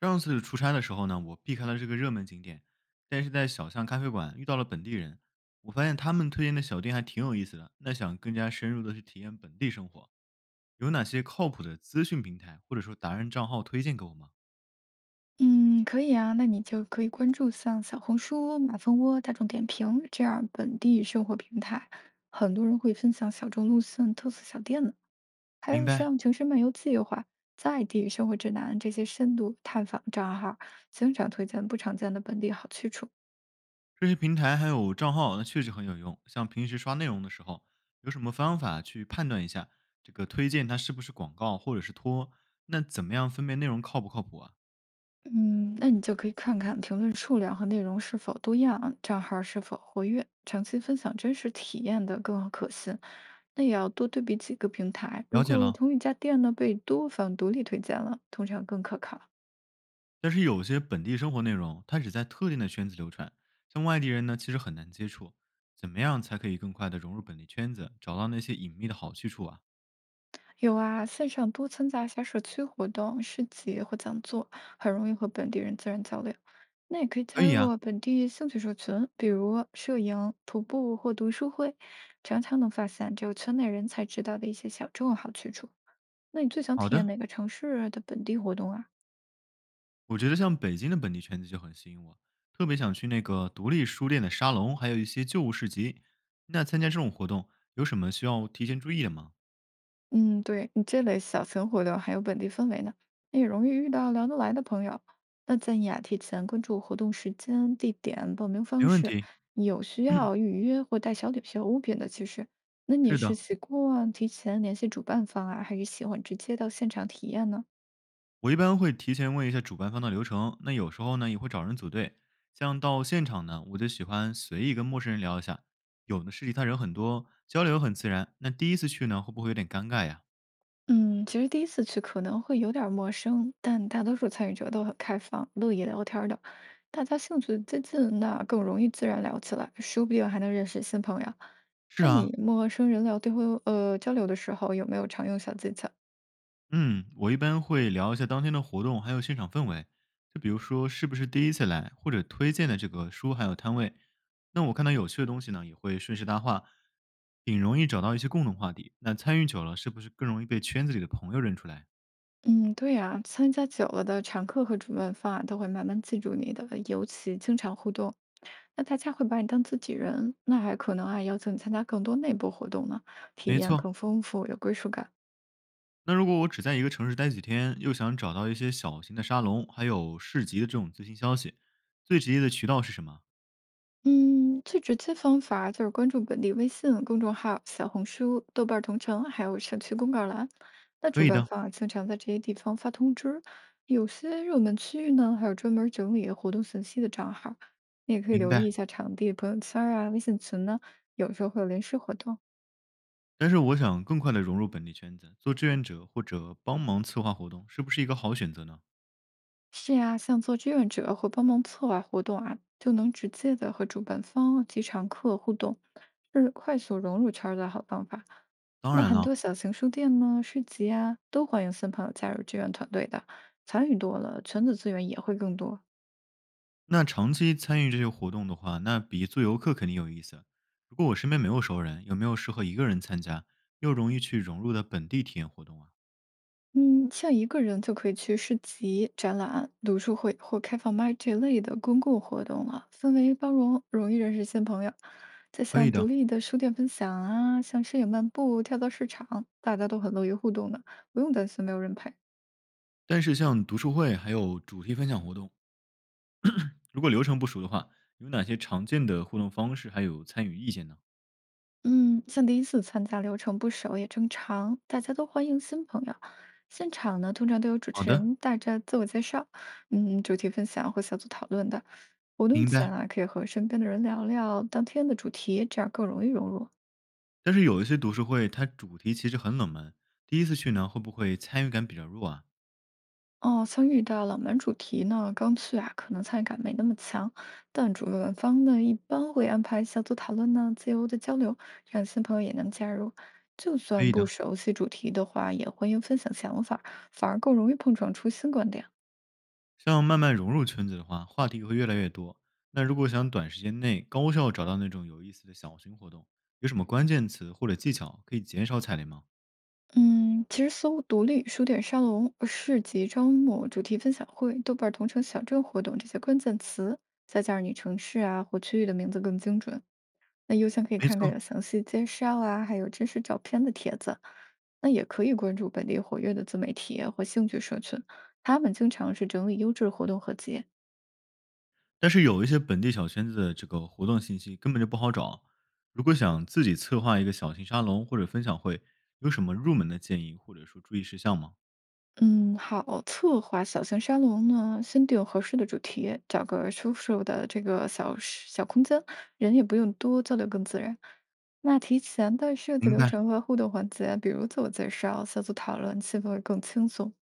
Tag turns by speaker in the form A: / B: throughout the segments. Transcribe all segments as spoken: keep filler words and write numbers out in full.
A: 上次出差的时候呢，我避开了这个热门景点，但是在小巷咖啡馆遇到了本地人，我发现他们推荐的小店还挺有意思的。那想更加深入的去体验本地生活，有哪些靠谱的资讯平台或者说达人账号推荐给我吗？
B: 嗯，可以啊，那你就可以关注像小红书、马蜂窝、大众点评这样本地生活平台，很多人会分享小众路线、特色小店呢。还
A: 明
B: 有像
A: 白，
B: 《城市漫游计划》《在地生活指南》这些深度探访账号，经常推荐不常见的本地好去处。
A: 这些平台还有账号，那确实很有用。像平时刷内容的时候，有什么方法去判断一下这个推荐它是不是广告或者是托？那怎么样分辨内容靠不靠谱啊？
B: 嗯，那你就可以看看评论数量和内容是否多样，账号是否活跃，长期分享真实体验的更可信。那也要多对比几个平台，如
A: 了解
B: 果
A: 了。
B: 同一家店呢被多方独立推荐了，通常更可靠。
A: 但是有些本地生活内容，它只在特定的圈子流传，像外地人呢，其实很难接触。怎么样才可以更快的融入本地圈子，找到那些隐秘的好去处啊？
B: 有啊，线上多参加一下社区活动、市集或讲座，很容易和本地人自然交流。那也可以
A: 可
B: 加
A: 以
B: 入
A: 啊，
B: 啊本地兴趣社群，比如摄影、徒步或读书会，常常能发现只有圈内人才知道的一些小众好去处。那你最想
A: 好
B: 体验
A: 的。
B: 哪个城市的本地活动啊？
A: 我觉得像北京的本地圈子就很吸引我，特别想去那个独立书店的沙龙，还有一些旧物市集。那参加这种活动有什么需要提前注意的吗？
B: 嗯，对，你这类小型活动还有本地氛围呢，那也容易遇到聊得来的朋友。那建议啊，提前关注活动时间、地点、报名
A: 没
B: 方
A: 问
B: 式，
A: 题，
B: 有需 要预约或带小礼小物品的，其实，那你
A: 是
B: 是
A: 的。
B: 习惯提前联系主办方啊，还是喜欢直接到现场体验呢？
A: 我一般会提前问一下主办方的流程，那有时候呢也会找人组队。像到现场呢，我就喜欢随意跟陌生人聊一下，有的是其他人很多，交流很自然。那第一次去呢，会不会有点尴尬呀？
B: 嗯，其实第一次去可能会有点儿陌生，但大多数参与者都很开放，乐意聊天儿的，大家兴趣接近，那更容易自然聊起来，说不定还能认识新朋友。
A: 是
B: 那
A: 啊，
B: 你陌生人聊对话，呃，交流的时候有没有常用小技巧？
A: 嗯，我一般会聊一下当天的活动，还有现场氛围，就比如说是不是第一次来，或者推荐的这个书还有摊位。那我看到有趣的东西呢，也会顺势搭话，挺容易找到一些共同话题。那参与久了，是不是更容易被圈子里的朋友认出来？
B: 嗯，对呀，参加久了的常客和主办方啊，都会慢慢记住你的，尤其经常互动，那大家会把你当自己人，那还可能啊邀请你参加更多内部活动呢，体
A: 没
B: 验
A: 错，
B: 更丰富，有归属感。
A: 那如果我只在一个城市待几天，又想找到一些小型的沙龙，还有市集的这种最新消息，最直接的渠道是什么？
B: 嗯，最直接方法就是关注本地微信公众号、小红书、豆瓣儿同城，还有社区公告栏。那
A: 可
B: 主
A: 以
B: 办
A: 的，
B: 方啊，经常在这些地方发通知，有些热门区域呢，还有专门整理活动信息的账号。你也可以
A: 明
B: 留意
A: 白。
B: 一下场地朋友圈儿啊、微信群呢，有时候会有临时活动。
A: 但是我想更快的融入本地圈子，做志愿者或者帮忙策划活动，是不是一个好选择呢？
B: 是呀，像做志愿者或帮忙策划活动啊，就能直接的和主办方及常客互动，是快速融入圈儿的好方法。
A: 当
B: 那
A: 然
B: 很
A: 了，
B: 多小型书店呢、市集啊，都欢迎新朋友加入志愿团队的，参与多了，圈子资源也会更多。
A: 那长期参与这些活动的话，那比做游客肯定有意思。如果我身边没有熟人，有没有适合一个人参加又容易去融入的本地体验活动啊？
B: 嗯，像一个人就可以去市集、展览、读书会或开放麦这类的公共活动了，氛围包容，容易认识新朋友。再
A: 可
B: 像
A: 以
B: 独
A: 的，
B: 立的书店分享啊，像摄影漫步、跳蚤市场，大家都很乐于互动的，不用担心没有人陪。
A: 但是像读书会还有主题分享活动。如果流程不熟的话，有哪些常见的互动方式，还有参与意见呢？
B: 嗯，像第一次参加流程不熟也正常，大家都欢迎新朋友。现场呢，通常都有主
A: 好
B: 持
A: 的，
B: 人带着自我介绍，嗯，主题分享或小组讨论的。活动
A: 明
B: 前
A: 白。
B: 啊，可以和身边的人聊聊当天的主题，这样更容易融入。
A: 但是有一些读书会，它主题其实很冷门，第一次去呢，会不会参与感比较弱啊？
B: 哦，像遇到冷门主题呢，刚去啊，可能参与感没那么强，但主办方呢一般会安排小组讨论呢，自由的交流，让新朋友也能加入。就
A: 可
B: 算
A: 以
B: 不
A: 的。
B: 熟悉主题的话，也欢迎分享想法，反而更容易碰撞出新观点。
A: 像慢慢融入圈子的话，话题会越来越多。那如果想短时间内高效找到那种有意思的小型活动，有什么关键词或者技巧可以减少踩雷吗？
B: 嗯，其实搜“独立书店沙龙”“市集招募”“主题分享会”“豆瓣儿同城小镇活动”这些关键词，再加上你城市啊或区域的名字更精准。那邮箱可以
A: 没
B: 看看
A: 错，
B: 有详细介绍啊，还有真实照片的帖子。那也可以关注本地活跃的自媒体或兴趣社群，他们经常是整理优质活动合集。
A: 但是有一些本地小圈子的这个活动信息根本就不好找。如果想自己策划一个小型沙龙或者分享会，有什么入门的建议或者说注意事项吗？
B: 嗯，好，策划小型沙龙呢，先定合适的主题，找个舒适的这个小时小空间，人也不用多，交流更自然。那提前的设计
A: 明
B: 流
A: 白，
B: 程和互动环节，比如自我介绍、小组讨论，气氛会更轻松。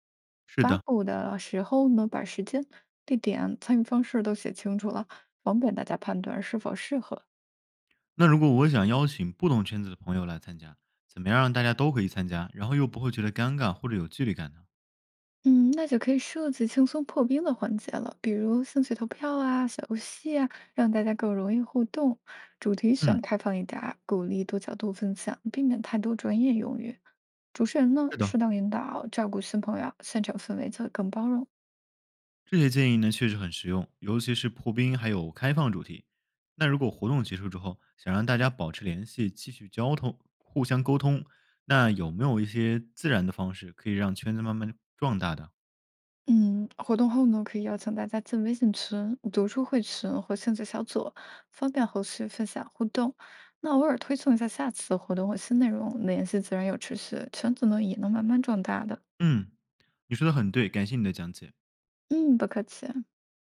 A: 是
B: 发
A: 的。
B: 布的时候呢，把时间、地点、参与方式都写清楚了，方便大家判断是否适合。
A: 那如果我想邀请不同圈子的朋友来参加，怎么样让大家都可以参加，然后又不会觉得尴尬或者有距离感呢？
B: 嗯，那就可以设计轻松破冰的环节了，比如兴趣投票啊、小游戏啊，让大家更容易互动。主题
A: 嗯，
B: 选开放一点儿，鼓励多角度分享，避免太多专业用语。主持人呢，
A: 是
B: 适
A: 的。
B: 当引导，照顾新朋友，现场氛围就会更包容。
A: 这些建议呢确实很实用，尤其是破冰还有开放主题。那如果活动结束之后，想让大家保持联系，继续交通，互相沟通，那有没有一些自然的方式可以让圈子慢慢壮大的？
B: 嗯，活动后呢，可以邀请大家进微信群、读书会群或兴趣小组，方便后续分享互动。那偶尔推送一下下次的活动或新内容，联系自然有持续，圈子呢也能慢慢壮大的。
A: 嗯，你说的很对，感谢你的讲解。
B: 嗯，不客气。